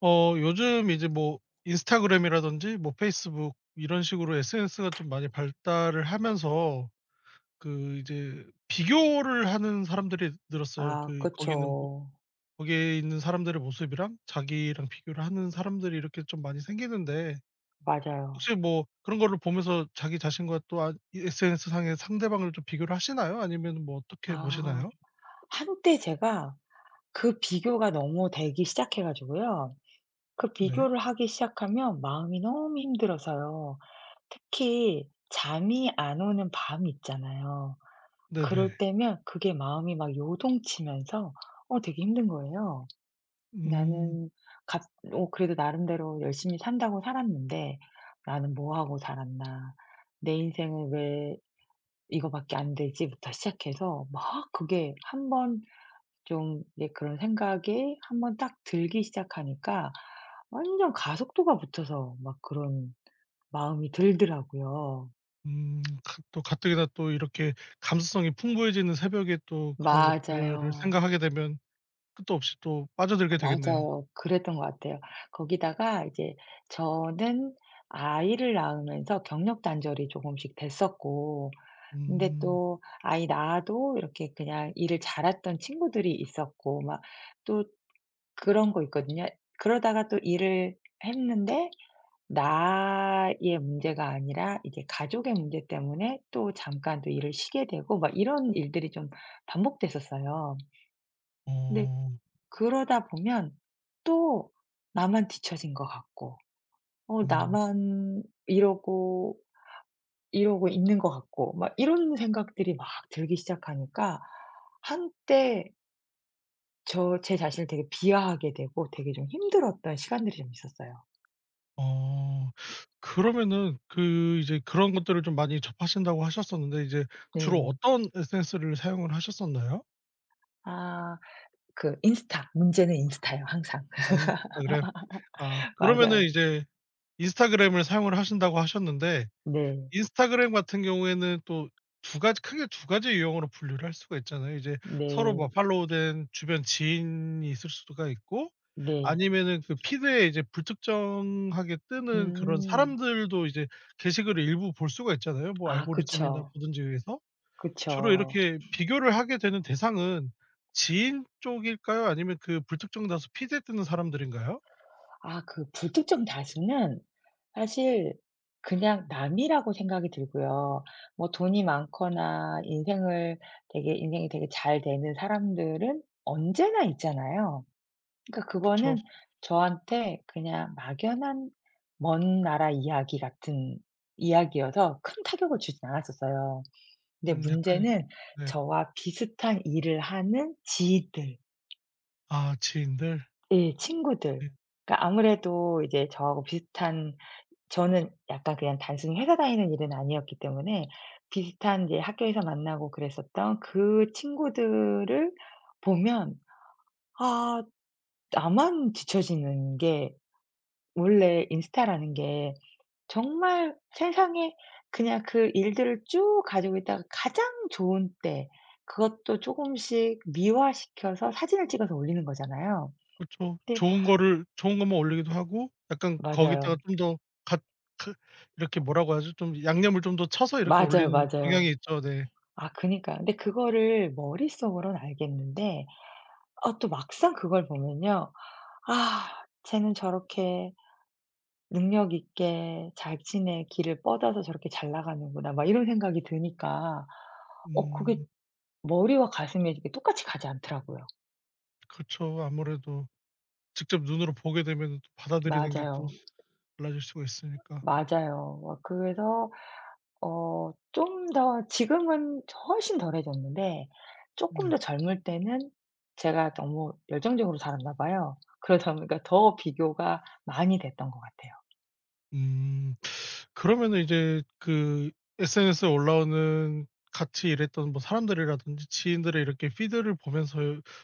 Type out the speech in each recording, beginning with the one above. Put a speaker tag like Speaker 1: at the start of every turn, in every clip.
Speaker 1: 요즘 이제 뭐 인스타그램이라든지 뭐 페이스북 이런 식으로 SNS가 좀 많이 발달을 하면서 그 이제 비교를 하는 사람들이 늘었어요.
Speaker 2: 아
Speaker 1: 그 거기는 뭐
Speaker 2: 그쵸.
Speaker 1: 거기에 있는 사람들의 모습이랑 자기랑 비교를 하는 사람들이 이렇게 좀 많이 생기는데
Speaker 2: 맞아요.
Speaker 1: 혹시 뭐 그런 거를 보면서 자기 자신과 또 이 SNS 상의 상대방을 좀 비교를 하시나요? 아니면 뭐 어떻게
Speaker 2: 아
Speaker 1: 보시나요?
Speaker 2: 한때 제가 그 비교가 너무 되기 시작해 가지고요. 그
Speaker 1: 네.
Speaker 2: 비교를 하기 시작하면 마음이 너무 힘들어서요. 특히 잠이 안 오는 밤 있잖아요.
Speaker 1: 네네.
Speaker 2: 그럴 때면 그게 마음이 막 요동치면서 되게 힘든 거예요.
Speaker 1: 음.
Speaker 2: '나는 갑 어 그래도 나름대로 열심히 산다고 살았는데 나는 뭐 하고 살았나. 내 인생을 왜 '이거밖에 안 되지.'부터 시작해서 막 그게 한번 좀 이제 그런 생각이 한번 딱 들기 시작하니까 완전 가속도가 붙어서 막 그런 마음이 들더라고요.
Speaker 1: 음. 가 또 가뜩이나 또 이렇게 감수성이 풍부해지는 새벽에 또 그런 것들을
Speaker 2: 맞아요.
Speaker 1: 생각하게 되면 끝도 없이 또 빠져들게 되겠네요.
Speaker 2: 맞아요. 그랬던 것 같아요. 거기다가 이제 저는 아이를 낳으면서 경력 단절이 조금씩 됐었고 근데
Speaker 1: 음.
Speaker 2: 또 아이 낳아도 이렇게 그냥 일을 잘했던 친구들이 있었고 막또 그런 거 있거든요. 그러다가 또 일을 했는데 나의 문제가 아니라 이제 가족의 문제 때문에 또 잠깐 또 일을 쉬게 되고 막 이런 일들이 좀 반복됐었어요. 근데
Speaker 1: 어.
Speaker 2: 그러다 보면 또 나만 뒤처진 것 같고
Speaker 1: 음.
Speaker 2: 나만 이러고 이러고 있는 것 같고 막 이런 생각들이 막 들기 시작하니까 한때 제 자신을 되게 비하하게 되고 되게 좀 힘들었던 시간들이 좀 있었어요.
Speaker 1: 어. 그러면은 그 이제 그런 것들을 좀 많이 접하신다고 하셨었는데 이제 주로
Speaker 2: 네.
Speaker 1: 어떤 SNS를 사용을 하셨었나요?
Speaker 2: 아 그 인스타. 문제는 인스타예요 항상.
Speaker 1: 아니, 아 그래. 아 그러면은
Speaker 2: 맞아요.
Speaker 1: 이제 인스타그램을 사용을 하신다고 하셨는데
Speaker 2: 네.
Speaker 1: 인스타그램 같은 경우에는 또 두 가지 크게 두 가지 유형으로 분류를 할 수가 있잖아요. 이제 서로 막
Speaker 2: 네.
Speaker 1: 팔로우된 주변 지인이 있을 수가 있고
Speaker 2: 네.
Speaker 1: 아니면은 그 피드에 이제 불특정하게 뜨는 그런
Speaker 2: 음.
Speaker 1: 사람들도 이제 게시글을 일부 볼 수가 있잖아요, 뭐
Speaker 2: 아
Speaker 1: 알고리즘이나
Speaker 2: 그쵸.
Speaker 1: 뭐든지 의해서. 주로
Speaker 2: 그쵸.
Speaker 1: 이렇게 비교를 하게 되는 대상은 지인 쪽일까요? 아니면 그 불특정 다수 피드에 뜨는 사람들인가요?
Speaker 2: 아 그 불특정 다수는 사실 그냥 남이라고 생각이 들고요. 뭐 돈이 많거나 인생을 되게 인생이 되게 잘 되는 사람들은 언제나 있잖아요. 그러니까
Speaker 1: 그쵸.
Speaker 2: 그거는 저한테 그냥 막연한 먼 나라 이야기 같은 이야기여서 큰 타격을 주진 않았었어요. 근데
Speaker 1: 약간
Speaker 2: 문제는
Speaker 1: 네.
Speaker 2: 저와 비슷한 일을 하는 지인들
Speaker 1: 아 지인들.
Speaker 2: 예 친구들
Speaker 1: 네.
Speaker 2: 그러니까 아무래도 이제 저하고 비슷한 저는 약간 그냥 단순히 회사 다니는 일은 아니었기 때문에 비슷한 이제 학교에서 만나고 그랬었던 그 친구들을 보면 아 나만 뒤처지는 게 원래 인스타라는 게 정말 세상에 그냥 그 일들을 쭉 가지고 있다가 가장 좋은 때 그것도 조금씩 미화시켜서 사진을 찍어서 올리는 거잖아요.
Speaker 1: 그쵸.
Speaker 2: 근데
Speaker 1: 좋은 것만 올리기도 하고 약간 거기다가
Speaker 2: 맞아요.
Speaker 1: 좀 더 갓 그 이렇게 뭐라고 하죠? 좀 양념을 좀 더 쳐서 이렇게
Speaker 2: 맞아요,
Speaker 1: 올리는 경향이
Speaker 2: 맞아요.
Speaker 1: 있죠. 네.
Speaker 2: 아 그니까요. 근데 그거를 머릿속으로는 알겠는데 아 또 막상 그걸 보면요. '아 쟤는 저렇게 능력 있게 자신의 길을 뻗어서 저렇게 잘 나가는구나.' 막 이런 생각이 드니까 그게
Speaker 1: 음
Speaker 2: 머리와 가슴이 이게 똑같이 가지 않더라고요.
Speaker 1: 그쵸. 아무래도 직접 눈으로 보게 되면은 또 받아들이는 게 또
Speaker 2: 맞아요.
Speaker 1: 달라질 수가 있으니까.
Speaker 2: 맞아요. 그래서 좀 더 지금은 훨씬 덜해졌는데 쪼끔
Speaker 1: 네.
Speaker 2: 더 젊을 때는 제가 너무 열정적으로 자랐나 봐요. 그러다 보니까 더 비교가 많이 됐던 것 같아요.
Speaker 1: 음. 그러면은 이제 그 SNS에 올라오는 같이 일했던 뭐 사람들이라든지 지인들의 이렇게 피드를 보면서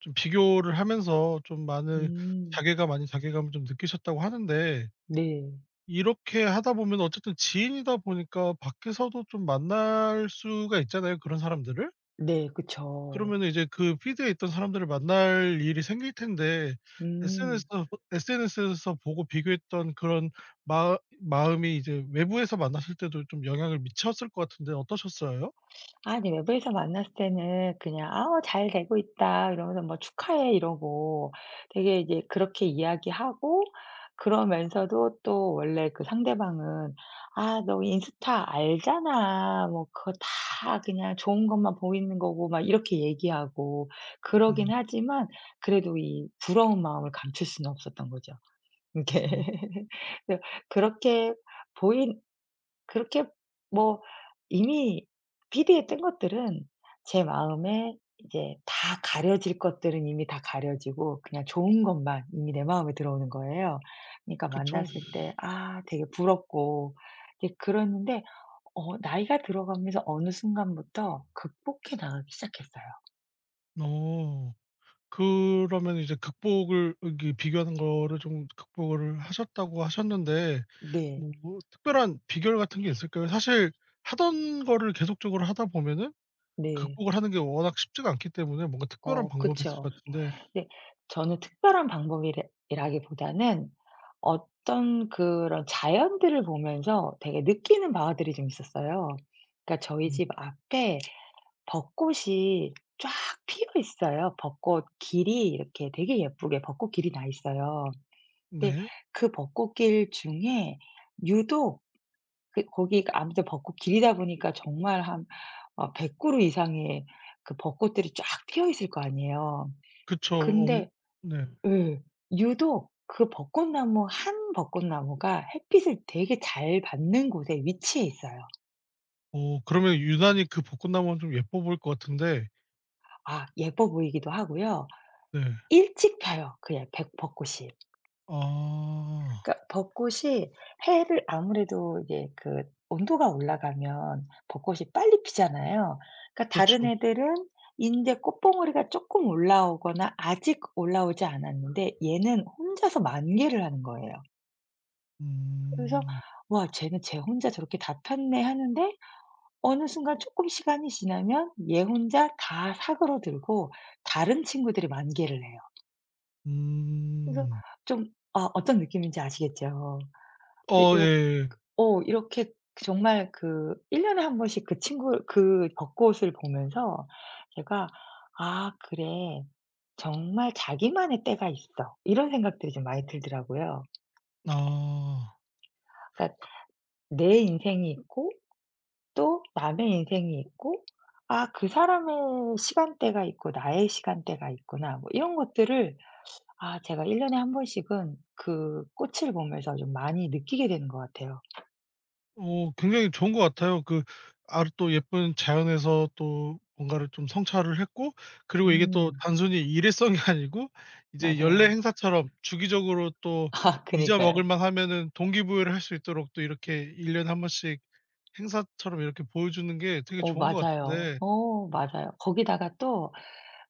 Speaker 1: 좀 비교를 하면서 좀 많은
Speaker 2: 음.
Speaker 1: 자괴감 아닌 자괴감을 좀 느끼셨다고 하는데
Speaker 2: 네.
Speaker 1: 이렇게 하다 보면 어쨌든 지인이다 보니까 밖에서도 좀 만날 수가 있잖아요, 그런 사람들을.
Speaker 2: 네.
Speaker 1: 그러
Speaker 2: 그쵸.
Speaker 1: 면 이제 그 피드에 있던 사람들을 만날 일이 생길 텐데
Speaker 2: 음.
Speaker 1: SNS에서 SNS에서 보고 비교했던 그런 마 마음이 이제 외부에서 만났을 때도 좀 영향을 미쳤을 것 같은데 어떠셨어요?
Speaker 2: 아니 외부에서 만났을 때는 그냥 "아 어, 잘 되고 있다." 이러면서 뭐 "축하해." 이러고 되게 이제 그렇게 이야기하고 그러면서도 또 원래 그 상대방은 "아 너 인스타 알잖아. 뭐 그거 다 그냥 좋은 것만 보이는 거고." 막 이렇게 얘기하고 그러긴
Speaker 1: 음.
Speaker 2: 하지만 그래도 이 부러운 마음을 감출 수는 없었던 거죠. 이게.
Speaker 1: 음.
Speaker 2: 그래서 그렇게 보이 그렇게 뭐 이미 비디에 뜬 것들은 제 마음에 이제 다 가려질 것들은 이미 다 가려지고 그냥 좋은 것만 이미 내 마음에 들어오는 거예요. 그러니까
Speaker 1: 그쵸.
Speaker 2: 만났을 때 아 되게 부럽고 이제 그러는데 나이가 들어가면서 어느 순간부터 극복해 나가기 시작했어요.
Speaker 1: 어. 그러면 이제 극복을 이게 비교하는 거를 좀 극복을 하셨다고 하셨는데
Speaker 2: 네.
Speaker 1: 뭐 특별한 비결 같은 게 있을까요? 사실 하던 거를 계속적으로 하다 보면은
Speaker 2: 네.
Speaker 1: 극복을 하는 게 워낙 쉽지가 않기 때문에 뭔가 특별한
Speaker 2: 어
Speaker 1: 방법이 있을
Speaker 2: 그쵸.
Speaker 1: 것 같은데
Speaker 2: 네. 저는 특별한 방법이라 기보다는 어떤 그런 자연들을 보면서 되게 느끼는 바들이 좀 있었어요. 그러니까 저희
Speaker 1: 음
Speaker 2: 집 앞에 벚꽃이 쫙 피어 있어요. 벚꽃 길이 이렇게 되게 예쁘게 벚꽃 길이 나 있어요. 근데
Speaker 1: 네.
Speaker 2: 그 벚꽃길 중에 유독 그 거기가 아무튼 벚꽃 길이다 보니까 정말 한 100 그루 이상의 그 벚꽃들이 쫙 피어 있을 거 아니에요.
Speaker 1: 그쵸. 어
Speaker 2: 근데
Speaker 1: 네.
Speaker 2: 예. 유독 그 벚꽃나무 한 벚꽃나무가 햇빛을 되게 잘 받는 곳에 위치해 있어요.
Speaker 1: 어 그러면 유난히 그 벚꽃나무는 좀 예뻐 보일 것 같은데
Speaker 2: 아 예뻐 보이기도 하고요.
Speaker 1: 네.
Speaker 2: 일찍 펴요 그 예 백 벚꽃이.
Speaker 1: 아
Speaker 2: 그러니까 벚꽃이 해를 아무래도 이제 그 온도가 올라가면 벚꽃이 빨리 피잖아요. 그러니까 다른
Speaker 1: 그렇죠.
Speaker 2: 애들은 인제 꽃봉오리가 쪼끔 올라오거나 아직 올라오지 않았는데 얘는 혼자서 만개를 하는 거예요. 그래서
Speaker 1: 음.
Speaker 2: '와 쟤는 쟤 혼자 저렇게 다 폈네.' 하는데 어느 순간 조금 시간이 지나면 얘 혼자 다 사그러들고 다른 친구들이 만개를 해요. 그래서
Speaker 1: 음.
Speaker 2: 좀 아 어떤 느낌인지 아시겠죠? 근데
Speaker 1: 어 예예.
Speaker 2: 이렇게 그 정말 그 1 년에 한 번씩 그 친구 그 벚꽃을 보면서 제가 '아 그래. 정말 자기만의 때가 있어.' 이런 생각들이 좀 많이 들더라고요.
Speaker 1: 아.
Speaker 2: 그러니까 내 인생이 있고 또 남의 인생이 있고 '아 그 사람의 시간대가 있고 나의 시간대가 있구나.' 뭐 이런 것들을 아 제가 1 년에 한 번씩은 그 꽃을 보면서 좀 많이 느끼게 되는 것 같아요.
Speaker 1: 어 굉장히 좋은 것 같아요. 그 아주 또 예쁜 자연에서 또 뭔가를 좀 성찰을 했고 그리고 이게 또
Speaker 2: 음
Speaker 1: 단순히 일회성이 아니고 이제 연례
Speaker 2: 맞아요.
Speaker 1: 행사처럼 주기적으로 또
Speaker 2: 아 그니까요.
Speaker 1: 잊어먹을 만하면은 동기부여를 할 수 있도록 또 이렇게 1년 년에 한 번씩 행사처럼 이렇게 보여주는 게 되게
Speaker 2: 어
Speaker 1: 좋은 것
Speaker 2: 맞아요.
Speaker 1: 같은데
Speaker 2: 어 맞아요. 거기다가 또,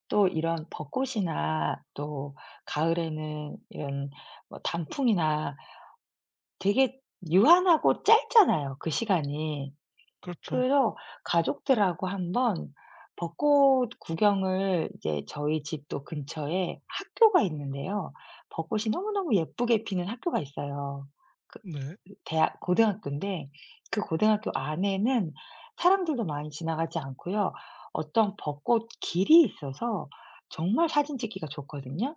Speaker 2: 또 이런 벚꽃이나 또 가을에는 이런 뭐 단풍이나 되게 유한하고 짧잖아요, 그 시간이.
Speaker 1: 그렇죠.
Speaker 2: 그래서 가족들하고 한번 벚꽃 구경을 이제 저희 집도 근처에 학교가 있는데요. 벚꽃이 너무너무 예쁘게 피는 학교가 있어요. 그
Speaker 1: 네.
Speaker 2: 그 대학 고등학교인데 그 고등학교 안에는 사람들도 많이 지나가지 않고요. 어떤 벚꽃 길이 있어서 정말 사진 찍기가 좋거든요.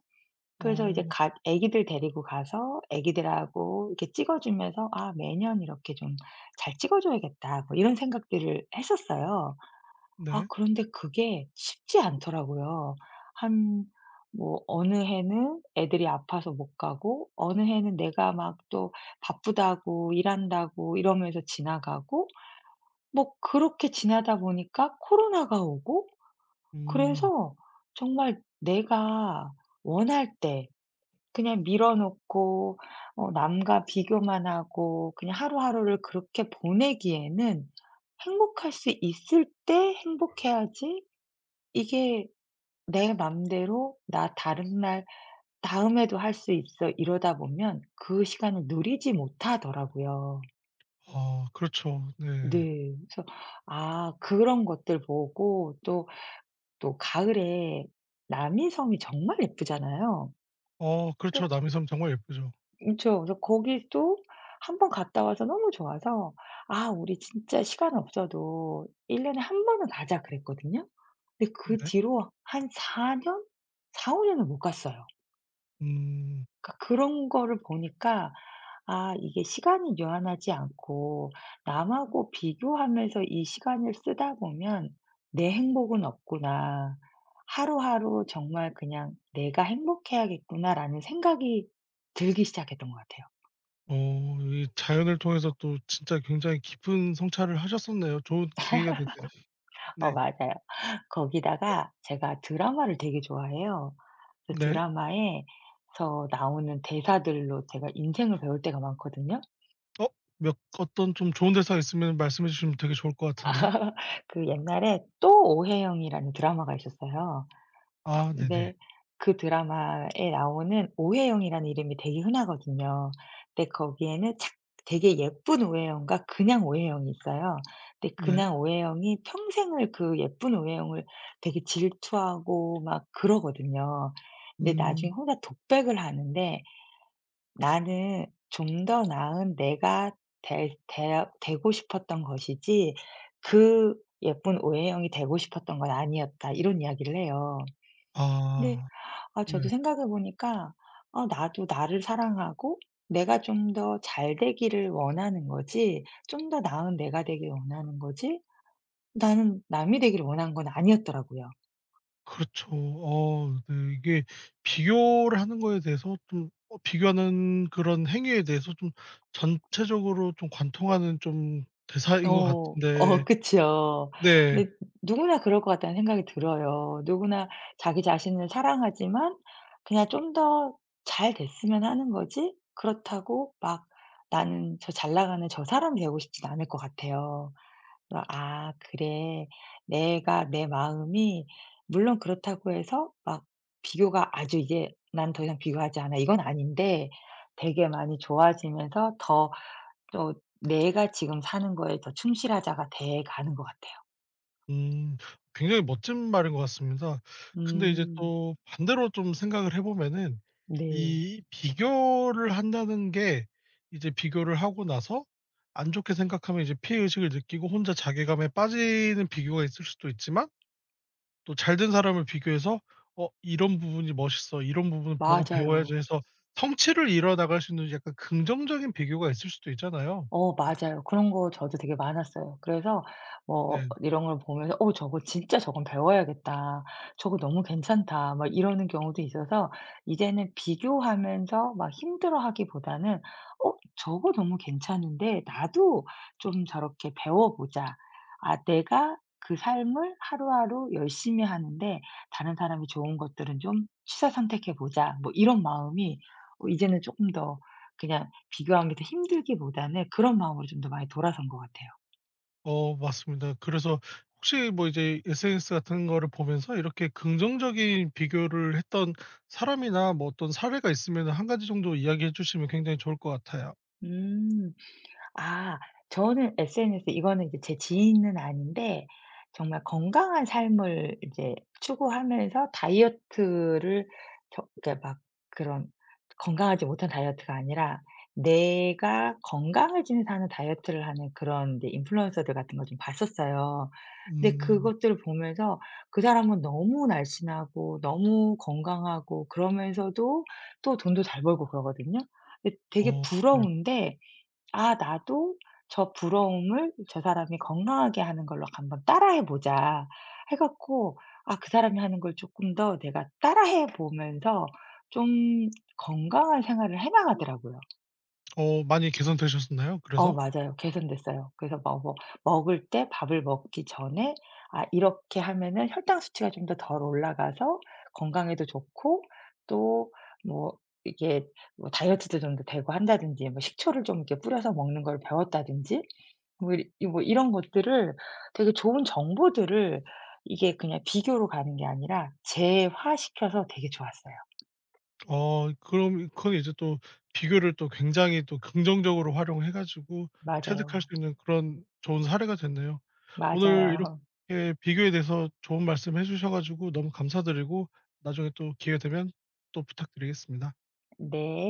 Speaker 2: 그래서
Speaker 1: 어
Speaker 2: 이제 애기들 데리고 가서 애기들하고 이렇게 찍어 주면서 '아 매년 이렇게 좀 잘 찍어 줘야겠다.' 뭐 이런 생각들을 했었어요. 아
Speaker 1: 네.
Speaker 2: 그런데 그게 쉽지 않더라고요. 한 뭐 어느 해는 애들이 아파서 못 가고 어느 해는 내가 막 또 바쁘다고 일한다고 이러면서 지나가고 뭐 그렇게 지나다 보니까 코로나가 오고
Speaker 1: 음.
Speaker 2: 그래서 정말 내가 원할 때 그냥 밀어 놓고 남과 비교만 하고 그냥 하루하루를 그렇게 보내기에는 '행복할 수 있을 때 행복해야지 이게 내 맘대로 나 다른 날 다음에도 할 수 있어.' 이러다 보면 그 시간을 누리지 못하더라고요.
Speaker 1: 아 그렇죠. 네.
Speaker 2: 네. 그래서 아 그런 것들 보고 또, 또 가을에 남이섬이 정말 예쁘잖아요.
Speaker 1: 어 그렇죠. 남이섬 정말 예쁘죠.
Speaker 2: 그쵸. 그래서 거기도 한 번 갔다 와서 너무 좋아서 '아 우리 진짜 시간 없어도 1 년에 한 번은 가자.' 그랬거든요. 근데 그
Speaker 1: 네.
Speaker 2: 뒤로 한 4년? 4-5 년을 못 갔어요.
Speaker 1: 음.
Speaker 2: 그러니까 그런 거를 보니까 '아 이게 시간이 유한하지 않고 남하고 비교하면서 이 시간을 쓰다 보면 내 행복은 없구나. 하루하루 정말 그냥 내가 행복해야겠구나.'라는 생각이 들기 시작했던 것 같아요.
Speaker 1: 어 이 자연을 통해서 또 진짜 굉장히 깊은 성찰을 하셨었네요. 좋은 계기가 됐네요.
Speaker 2: 어
Speaker 1: 네.
Speaker 2: 맞아요. 거기다가 제가 드라마를 되게 좋아해요. 그
Speaker 1: 네.
Speaker 2: 드라마에 서 나오는 대사들로 제가 인생을 배울 때가 많거든요.
Speaker 1: 어 몇 어떤 좀 좋은 대사 있으면 말씀해 주시면 되게 좋을 것 같은데.
Speaker 2: 그 옛날에 또 오해영이라는 드라마가 있었어요.
Speaker 1: 아 네네.
Speaker 2: 근데 그 드라마에 나오는 오해영이라는 이름이 되게 흔하거든요. 근데 거기에는 착 되게 예쁜 오해영과 그냥 오해영이 있어요. 근데
Speaker 1: 네.
Speaker 2: 그냥 오해영이 평생을 그 예쁜 오해영을 되게 질투하고 막 그러거든요. 근데 나중에
Speaker 1: 음.
Speaker 2: 혼자 독백을 하는데 "나는 좀 더 나은 내가 될 되 되고 싶었던 것이지 그 예쁜 오해영이 되고 싶었던 건 아니었다." 이런 이야기를 해요. 근데
Speaker 1: 아
Speaker 2: 아
Speaker 1: 네.
Speaker 2: 저도 생각해 보니까 아 나도 나를 사랑하고 내가 좀 더 잘 되기를 원하는 거지 좀 더 나은 내가 되길 원하는 거지 나는 남이 되길 원한 건 아니었더라고요.
Speaker 1: 그렇죠. 어 네 이게 비교를 하는 거에 대해서 좀 어 비교하는 그런 행위에 대해서 좀 전체적으로 좀 관통하는 좀 대사인 것
Speaker 2: 어. 어
Speaker 1: 같은데
Speaker 2: 그쵸.
Speaker 1: 네.
Speaker 2: 근데 누구나 그럴 것 같다는 생각이 들어요. 누구나 자기 자신을 사랑하지만 그냥 좀 더 잘 됐으면 하는 거지 그렇다고 막 '나는 저 잘 나가는 저 사람 되고 싶진 않을 것 같아요.' 그래서 '아 그래. 내가 내 마음이 물론 그렇다고 해서 막 비교가 아주 이제 '난 더 이상 비교하지 않아.' 이건 아닌데 되게 많이 좋아지면서 더 또 내가 지금 사는 거에 더 충실하자가 돼 가는 것 같아요.
Speaker 1: 음. 굉장히 멋진 말인 것 같습니다. 근데 이제
Speaker 2: 음.
Speaker 1: 또 반대로 좀 생각을 해 보면은
Speaker 2: 네.
Speaker 1: 이 비교를 한다는 게 이제 비교를 하고 나서 안 좋게 생각하면 이제 피해 의식을 느끼고 혼자 자괴감에 빠지는 비교가 있을 수도 있지만 또 잘된 사람을 비교해서 '어 이런 부분이 멋있어. 이런 부분을 보고 배워야지.'
Speaker 2: 맞아요.
Speaker 1: 해서 성취를 이뤄 나갈 수 있는 약간 긍정적인 비교가 있을 수도 있잖아요.
Speaker 2: 어 맞아요. 그런 거 저도 되게 많았어요. 그래서 뭐
Speaker 1: 네.
Speaker 2: 이런 걸 보면서 '어 저거 진짜 저건 배워야겠다. 저거 너무 괜찮다.' 막 이러는 경우도 있어서 이제는 비교하면서 막 힘들어하기보다는 '어 저거 너무 괜찮은데 나도 좀 저렇게 배워 보자. 아 내가 그 삶을 하루하루 열심히 하는데 다른 사람이 좋은 것들은 좀 취사 선택해 보자.' 뭐 이런 마음이 이제는 조금 더 그냥 비교하는 게 더 힘들기보다는 그런 마음으로 좀 더 많이 돌아선 것 같아요.
Speaker 1: 어 맞습니다. 그래서 혹시 뭐 이제 SNS 같은 거를 보면서 이렇게 긍정적인 비교를 했던 사람이나 뭐 어떤 사례가 있으면 한 가지 정도 이야기해 주시면 굉장히 좋을 것 같아요.
Speaker 2: 음. 아 저는 SNS 이거는 이제 제 지인은 아닌데 정말 건강한 삶을 이제 추구하면서 다이어트를 그러니까 막 그런 건강하지 못한 다이어트가 아니라 내가 건강을 지내서 하는 다이어트를 하는 그런 이제 인플루언서들 같은 걸 좀 봤었어요. 근데
Speaker 1: 음.
Speaker 2: 그것들을 보면서 그 사람은 너무 날씬하고 너무 건강하고 그러면서도 또 돈도 잘 벌고 그러거든요. 근데 되게
Speaker 1: 어 네.
Speaker 2: 부러운데 '아 나도 저 부러움을 저 사람이 건강하게 하는 걸로 한번 따라해 보자.' 해 갖고 아 그 사람이 하는 걸 쪼끔 더 내가 따라해 보면서 좀 건강한 생활을 해 나가더라고요.
Speaker 1: 어 많이 개선되셨나요?
Speaker 2: 어
Speaker 1: 그래서?
Speaker 2: 맞아요. 개선됐어요. 그래서 뭐 먹을 때 밥을 먹기 전에 '아 이렇게 하면은 혈당 수치가 좀 더 덜 올라가서 건강에도 좋고 또 뭐 이게 뭐 다이어트도 좀 더 되고 한다든지 뭐 식초를 좀 이렇게 뿌려서 먹는 걸 배웠다든지 뭐 뭐 이런 것들을 되게 좋은 정보들을 이게 그냥 비교로 가는 게 아니라 재화시켜서 되게 좋았어요.
Speaker 1: 어 그럼 그건 이제 또 비교를 또 굉장히 또 긍정적으로 활용해 가지고 체득할
Speaker 2: 맞아요.
Speaker 1: 수 있는 그런 좋은 사례가 됐네요. 오늘
Speaker 2: 맞아요.
Speaker 1: 이렇게 비교에 대해서 좋은 말씀 해 주셔 가지고 너무 감사드리고 나중에 또 기회 되면 또 부탁드리겠습니다.
Speaker 2: 네.